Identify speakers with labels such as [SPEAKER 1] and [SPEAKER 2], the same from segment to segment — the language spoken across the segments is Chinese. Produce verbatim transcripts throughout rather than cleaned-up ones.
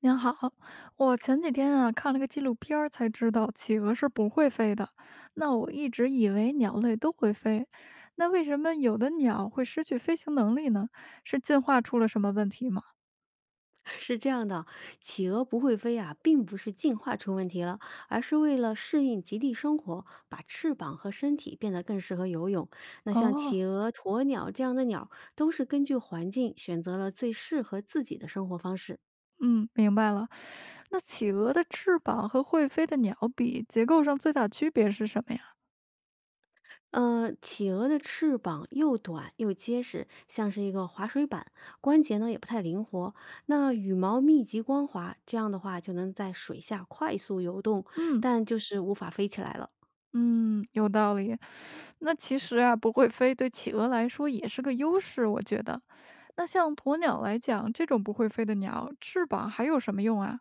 [SPEAKER 1] 您好，我前几天啊看了个纪录片儿才知道企鹅是不会飞的。那我一直以为鸟类都会飞，那为什么有的鸟会失去飞行能力呢？是进化出了什么问题吗？
[SPEAKER 2] 是这样的，企鹅不会飞啊，并不是进化出问题了，而是为了适应极地生活，把翅膀和身体变得更适合游泳。那像
[SPEAKER 1] 哦，
[SPEAKER 2] 企鹅、鸵鸟这样的鸟，都是根据环境选择了最适合自己的生活方式。
[SPEAKER 1] 嗯，明白了。那企鹅的翅膀和会飞的鸟比，结构上最大区别是什么呀？
[SPEAKER 2] 呃，企鹅的翅膀又短又结实，像是一个滑水板，关节呢也不太灵活。那羽毛密集光滑，这样的话就能在水下快速游动，
[SPEAKER 1] 嗯。
[SPEAKER 2] 但就是无法飞起来了。
[SPEAKER 1] 嗯，有道理。那其实啊，不会飞对企鹅来说也是个优势，我觉得。那像鸵鸟来讲，这种不会飞的鸟，翅膀还有什么用啊？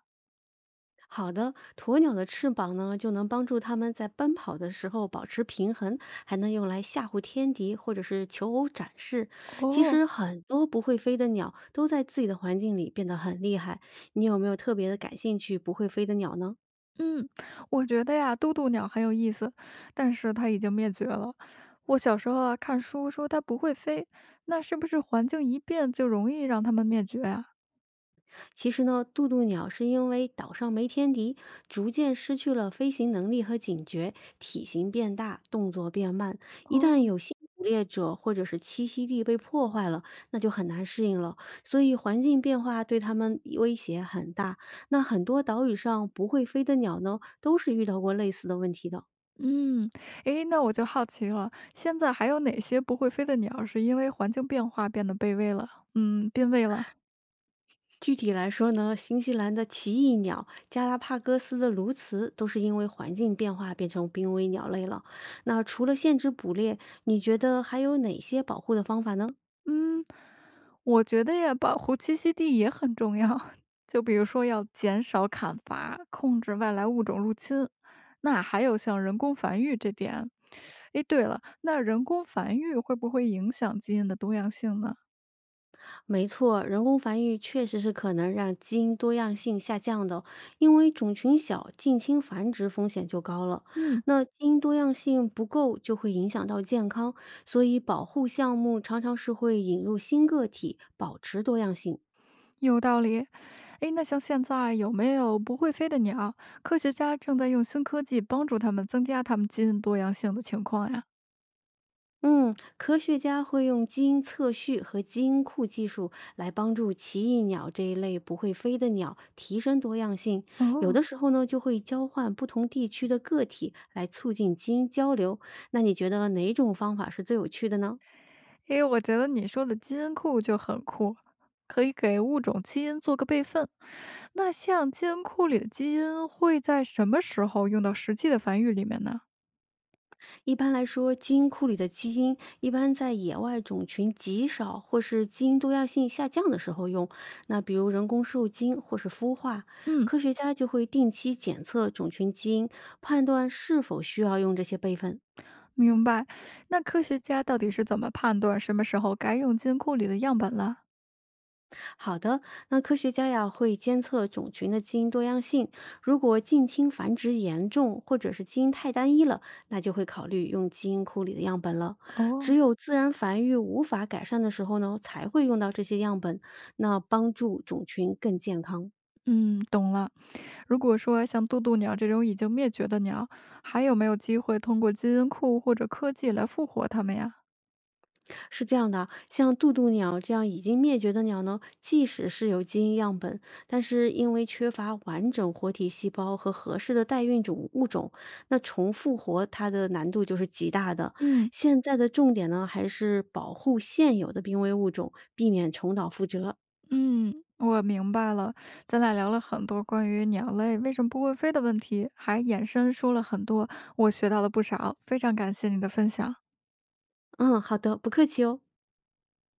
[SPEAKER 2] 好的，鸵鸟的翅膀呢，就能帮助它们在奔跑的时候保持平衡，还能用来吓唬天敌或者是求偶展示。其
[SPEAKER 1] 哦，
[SPEAKER 2] 实很多不会飞的鸟都在自己的环境里变得很厉害。你有没有特别的感兴趣不会飞的鸟呢？
[SPEAKER 1] 嗯，我觉得呀，渡渡鸟很有意思，但是它已经灭绝了。我小时候啊，看书说它不会飞，那是不是环境一变就容易让它们灭绝啊？
[SPEAKER 2] 其实呢，渡渡鸟是因为岛上没天敌，逐渐失去了飞行能力和警觉，体型变大，动作变慢。一旦
[SPEAKER 1] 哦，
[SPEAKER 2] 有新捕猎者或者是栖息地被破坏了，那就很难适应了。所以环境变化对它们威胁很大。那很多岛屿上不会飞的鸟呢，都是遇到过类似的问题的。
[SPEAKER 1] 嗯，诶，那我就好奇了，现在还有哪些不会飞的鸟是因为环境变化变得卑微了？嗯，变味了。
[SPEAKER 2] 具体来说呢，新西兰的奇异鸟、加拉帕戈斯的鸬鹚都是因为环境变化变成濒危鸟类了。那除了限制捕猎，你觉得还有哪些保护的方法呢？
[SPEAKER 1] 嗯，我觉得呀，保护栖息地也很重要，就比如说要减少砍伐，控制外来物种入侵。那还有像人工繁育这点，诶，对了，那人工繁育会不会影响基因的多样性呢？
[SPEAKER 2] 没错，人工繁育确实是可能让基因多样性下降的，因为种群小，近亲繁殖风险就高了。
[SPEAKER 1] 嗯，
[SPEAKER 2] 那基因多样性不够就会影响到健康，所以保护项目常常是会引入新个体，保持多样性。
[SPEAKER 1] 有道理。诶，那像现在有没有不会飞的鸟？科学家正在用新科技帮助他们增加他们基因多样性的情况呀。
[SPEAKER 2] 嗯，科学家会用基因测序和基因库技术来帮助奇异鸟这一类不会飞的鸟提升多样性。有
[SPEAKER 1] 哦，
[SPEAKER 2] 的时候呢，就会交换不同地区的个体来促进基因交流。那你觉得哪种方法是最有趣的呢？
[SPEAKER 1] 诶，我觉得你说的基因库就很酷，可以给物种基因做个备份。那像基因库里的基因会在什么时候用到实际的繁育里面呢？
[SPEAKER 2] 一般来说，基因库里的基因一般在野外种群极少或是基因多样性下降的时候用。那比如人工受精或是孵化，
[SPEAKER 1] 嗯，
[SPEAKER 2] 科学家就会定期检测种群基因，判断是否需要用这些备份。
[SPEAKER 1] 明白。那科学家到底是怎么判断什么时候该用基因库里的样本了？
[SPEAKER 2] 好的，那科学家呀会监测种群的基因多样性，如果近亲繁殖严重，或者是基因太单一了，那就会考虑用基因库里的样本了。只
[SPEAKER 1] 哦，
[SPEAKER 2] 有自然繁育无法改善的时候呢，才会用到这些样本，那帮助种群更健康。
[SPEAKER 1] 嗯，懂了。如果说像渡渡鸟这种已经灭绝的鸟，还有没有机会通过基因库或者科技来复活它们呀？
[SPEAKER 2] 是这样的，像渡渡鸟这样已经灭绝的鸟呢，即使是有基因样本，但是因为缺乏完整活体细胞和合适的代孕种物种，那重复活它的难度就是极大的。
[SPEAKER 1] 嗯，
[SPEAKER 2] 现在的重点呢，还是保护现有的濒危物种，避免重蹈覆辙。
[SPEAKER 1] 嗯，我明白了。咱俩聊了很多关于鸟类为什么不会飞的问题，还衍生说了很多，我学到了不少。非常感谢你的分享。
[SPEAKER 2] 嗯，好的，不客气哦。